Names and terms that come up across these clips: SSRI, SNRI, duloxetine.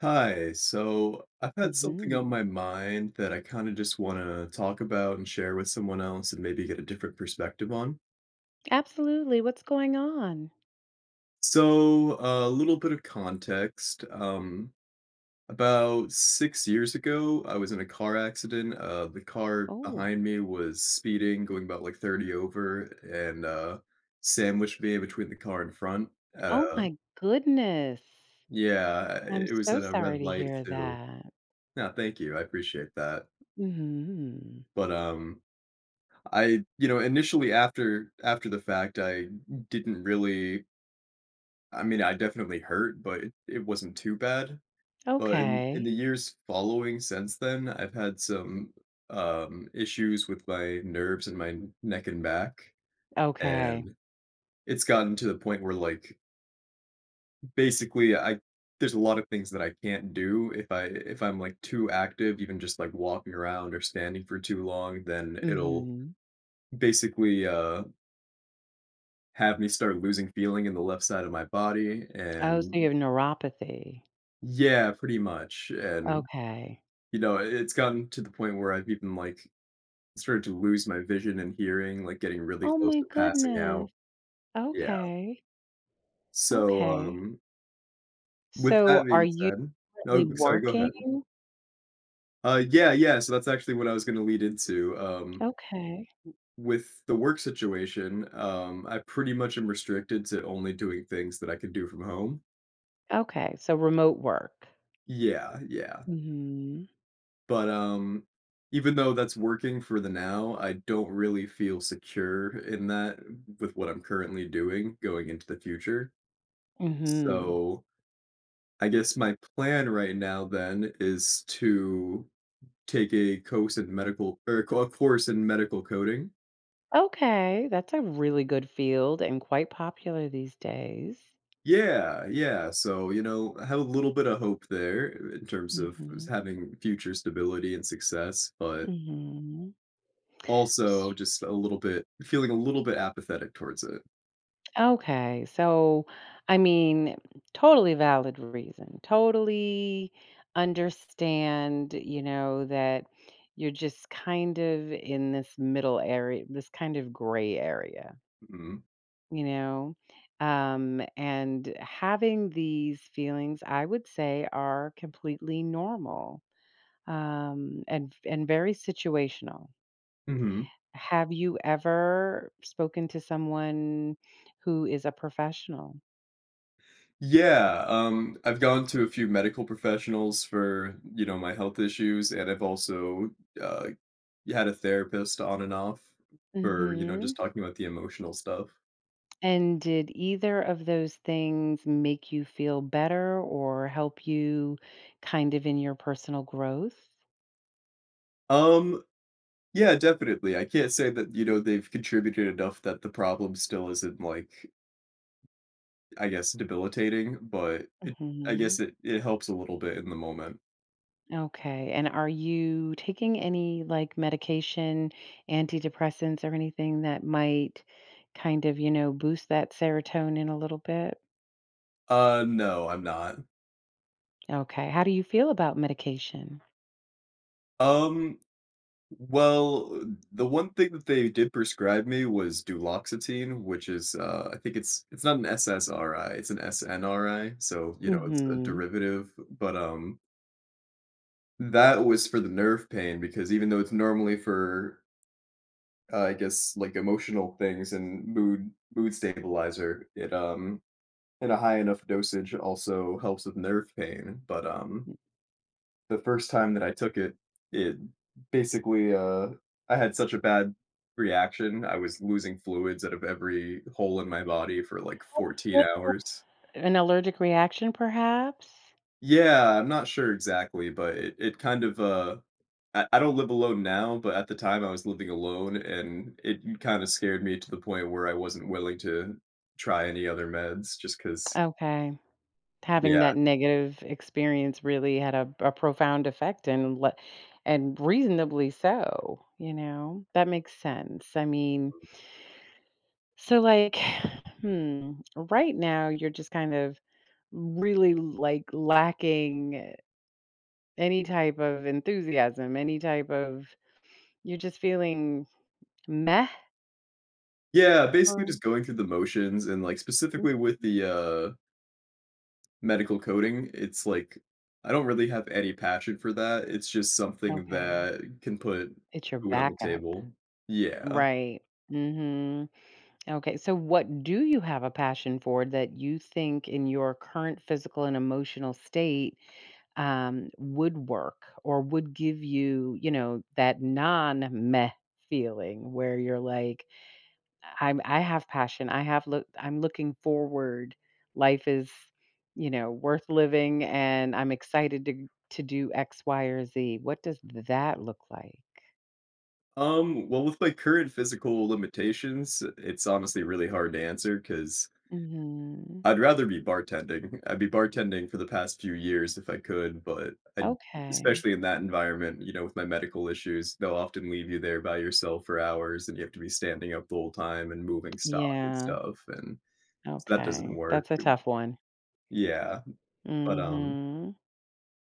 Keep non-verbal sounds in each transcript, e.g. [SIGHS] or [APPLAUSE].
Hi, so I've had something on Hmm my mind that I kind of just want to talk about and share with someone else and maybe get a different perspective on. Absolutely. What's going on? So, a little bit of context. About 6 years ago, I was in a car accident. The car Oh. behind me was speeding, going about like 30 over, and sandwiched me in between the car in front at Oh my goodness. yeah, I'm it was so at a sorry red to light hear too. that. Yeah, thank you. I appreciate that. Hmm But I initially after the fact, I didn't really. I definitely hurt, but it wasn't too bad. But in the Okay. years following since then, I've had some issues with my nerves and my neck and back. Okay. And it's gotten to the point where, like, basically I there's a lot of things that I can't do if I if I'm like too active. Even just like walking around or standing for too long, then it'll hmm basically have me start losing feeling in the left side of my body, Oh, so you and have neuropathy. yeah, pretty much, Okay. I it's gotten to the point where I've even, like, started to lose my vision and hearing, like, getting really Oh close my to passing goodness. out. Yeah. Okay. So, Okay. um, with So that are being you said, oh, currently sorry, go working? ahead. Yeah, yeah, so that's actually what I was gonna lead into. Okay. With the work situation, I pretty much am restricted to only doing things that I can do from home. Okay. So remote work. Yeah, yeah. Hmm But, even though that's working for the now, I don't really feel secure in that with what I'm currently doing going into the future. hmm So, I guess my plan right now then is to take a course in medical or co a course in medical coding. Okay, that's a really good field and quite popular these days. Yeah, yeah, so, you know, I have a little bit of hope there in terms of Mhm, having future stability and success, but mhm. also S just a little bit feeling a little bit apathetic towards it. Okay, so, I mean, totally valid reason. Totally understand, you know, that you're just kind of in this middle area, this kind of gray area, Mhm. you know? And having these feelings, I would say, are completely normal, and very situational. Mhm. Have you ever spoken to someone who is a professional? Yeah, I've gone to a few medical professionals for, you know, my health issues, and I've also uh, had a therapist on and off for, you know, just Hmm talking about the emotional stuff. And did either of those things make you feel better or help you kind of in your personal growth? Um, yeah, definitely. I can't say that, you know, they've contributed enough that the problem still isn't like, I guess, debilitating, but it, I Hmm guess it helps a little bit in the moment. Okay. And are you taking any like medication, antidepressants, or anything that might kind of, you know, boost that serotonin a little bit? No, I'm not. Okay. How do you feel about medication? Um, Well, the one thing that they did prescribe me was duloxetine, which is, I think it's not an SSRI, it's an SNRI, so, you know, it's a Mhm. derivative, but, that was for the nerve pain because even though it's normally for, I guess, like, emotional things and mood stabilizer, it, in a high enough dosage also helps with nerve pain, but, the first time that I took it, it basically I had such a bad reaction. I was losing fluids out of every hole in my body for like 14 Uh, hours. an allergic reaction, perhaps? Yeah, I'm not sure exactly, but it kind of I don't live alone now, but at the time I was living alone and it kind of scared me to the point where I wasn't willing to try any other meds just because Okay. Having yeah. that negative experience really had a profound effect and reasonably so, you know? That makes sense. I mean, so, like, [SIGHS] hmm, right now, you're just kind of really, like, lacking any type of enthusiasm, any type of, you're just feeling meh? Yeah, basically just Um, going through the motions and like specifically with the medical coding, it's like I don't really have any passion for that. It's just something Okay. that can put It's your food on the backup. table. Yeah. Right. Mhm. Okay, so what do you have a passion for that you think in your current physical and emotional state, would work or would give you, you know, that non-meh feeling where you're like, "I have passion. I'm looking forward. Life is, you know, worth living and I'm excited to do X, Y, or Z." What does that look like? Well, with my current physical limitations, it's honestly really hard to answer because Mhm. I'd rather be bartending. I'd be bartending for the past few years if I could, but I, Okay. especially in that environment, you know, with my medical issues, they'll often leave you there by yourself for hours and you have to be standing up the whole time and moving stock and Yeah. stuff. And so that doesn't Okay. work. That's a tough one. Yeah. But, Mhm.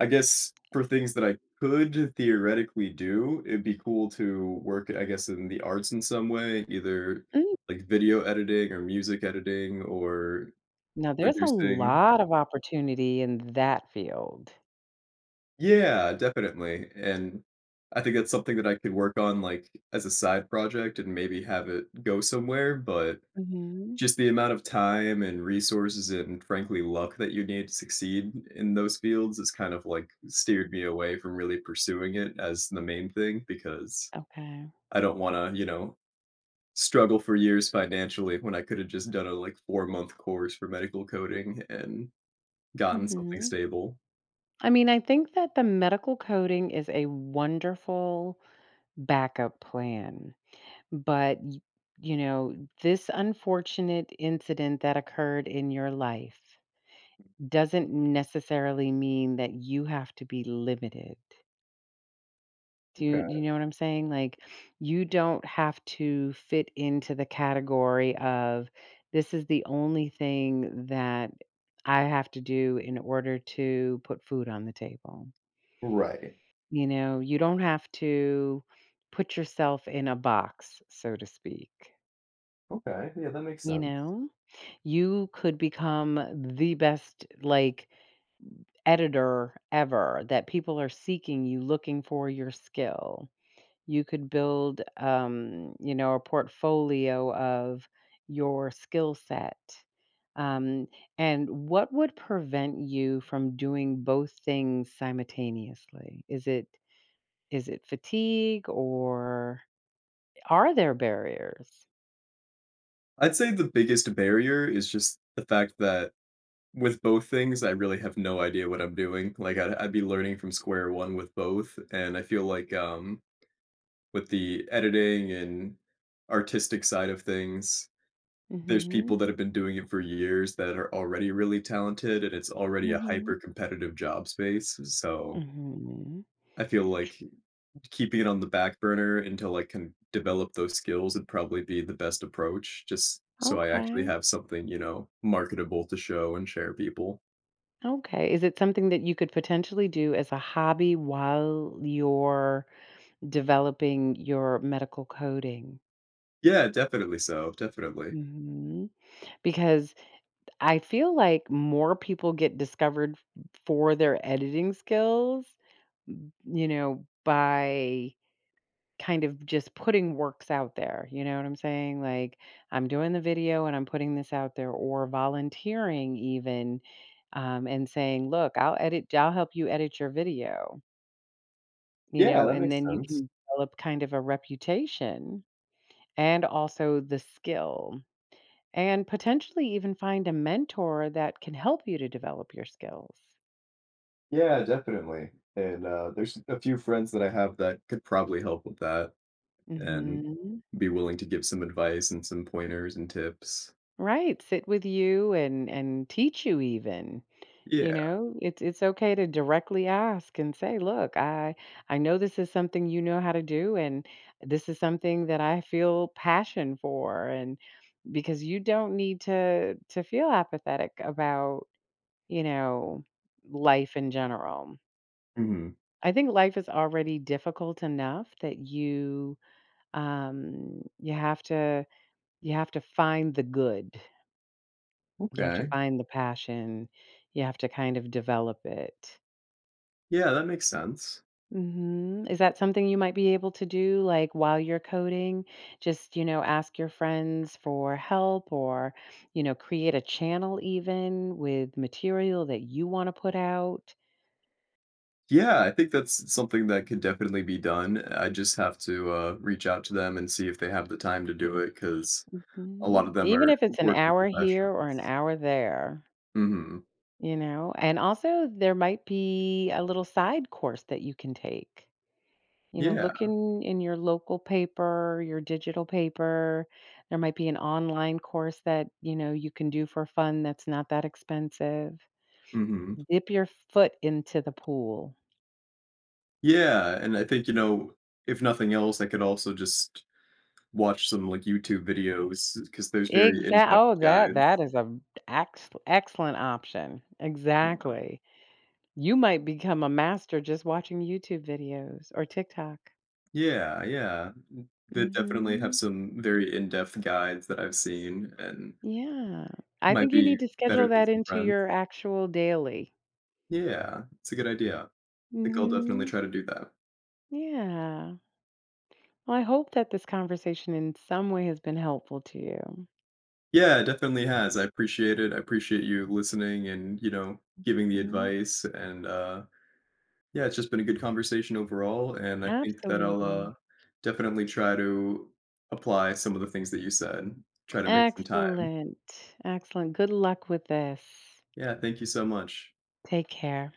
I guess for things that I could theoretically do, it'd be cool to work, I guess, in the arts in some way, either Mm. like video editing or music editing or Now there's a producing. lot of opportunity in that field. Yeah, definitely. And I think that's something that I could work on like as a side project and maybe have it go somewhere, but Mhm. just the amount of time and resources and frankly luck that you need to succeed in those fields is kind of like steered me away from really pursuing it as the main thing because Okay. I don't want to, you know, struggle for years financially when I could have just done a like 4 month course for medical coding and gotten something Mhm. stable. I mean, I think that the medical coding is a wonderful backup plan, but y you know, this unfortunate incident that occurred in your life doesn't necessarily mean that you have to be limited. Do you do Okay. you know what I'm saying? Like, you don't have to fit into the category of, "This is the only thing that I have to do in order to put food on the table." Right. You know, you don't have to put yourself in a box, so to speak, Okay. Yeah, that makes you sense. know? You could become the best, like, editor ever that people are seeking you, looking for your skill. You could build, you know, a portfolio of your skill set. Um, and what would prevent you from doing both things simultaneously? Is it fatigue or are there barriers? I'd say the biggest barrier is just the fact that with both things, I really have no idea what I'm doing, like, I'd be learning from square one with both, and I feel like, with the editing and artistic side of things, there's people Mhm. that have been doing it for years that are already really talented, and it's already a hmm hyper competitive job space, so Mhm. I feel like keeping it on the back burner until I can develop those skills would probably be the best approach, just so I actually Okay. have something, you know, marketable to show and share people. Okay. Is it something that you could potentially do as a hobby while you're developing your medical coding? Yeah, definitely so, definitely. Hmm Because I feel like more people get discovered for their editing skills, m you know, by kind of just putting works out there, you know what I'm saying? Like, "I'm doing the video and I'm putting this out there," or volunteering even, and saying, "Look, I'll help you edit your video," you Yeah, know, that and makes then you sense. can develop kind of a reputation and also the skill, and potentially even find a mentor that can help you to develop your skills. Yeah, definitely, and, there's a few friends that I have that could probably help with that and Mhm. be willing to give some advice and some pointers and tips. Right, sit with you and teach you even, you Yeah. know? It's okay to directly ask and say, "Look, I know this is something you know how to do, and this is something that I feel passion for," and because you don't need to feel apathetic about, you know, life in general. Mhm. I think life is already difficult enough that Um, you have to you have to find the good. You have to Okay. find the passion. You have to kind of develop it. Yeah, that makes sense. Mhm. Is that something you might be able to do, like, while you're coding? Just, you know, ask your friends for help or, you know, create a channel even with material that you wanna put out. Yeah, I think that's something that could definitely be done. I just have to, reach out to them and see if they have the time to do it because a lot Mhm. of them Even are if it's an working hour here or an professionals. hour there, Mhm. you know? And also, there might be a little side course that you can take. You know, Yeah. looking in your local paper, your digital paper. There might be an online course that, you know, you can do for fun that's not that expensive. Mhm. Dip your foot into the pool. Yeah, and I think, you know, if nothing else, I could also just watch some, like, YouTube videos because there's very Exactly. in-depth Oh, that guides. is a ex excellent option. Exactly. You might become a master just watching YouTube videos or TikTok. Yeah, yeah, mm, they definitely have Mhm. some very in-depth guides that I've seen and Yeah. I might think you be need to schedule better than that some into friends. your actual daily. Yeah, it's a good idea. I think I'll definitely Mhm. try to do that. Yeah. Well, I hope that this conversation in some way has been helpful to you. Yeah, it definitely has. I appreciate it. I appreciate you listening and, you know, giving the Mhm. advice yeah, it's just been a good conversation overall, and I think that I'll Absolutely. definitely try to apply some of the things that you said, try to make some time. Excellent. Excellent. Good luck with this. Yeah, thank you so much. Take care.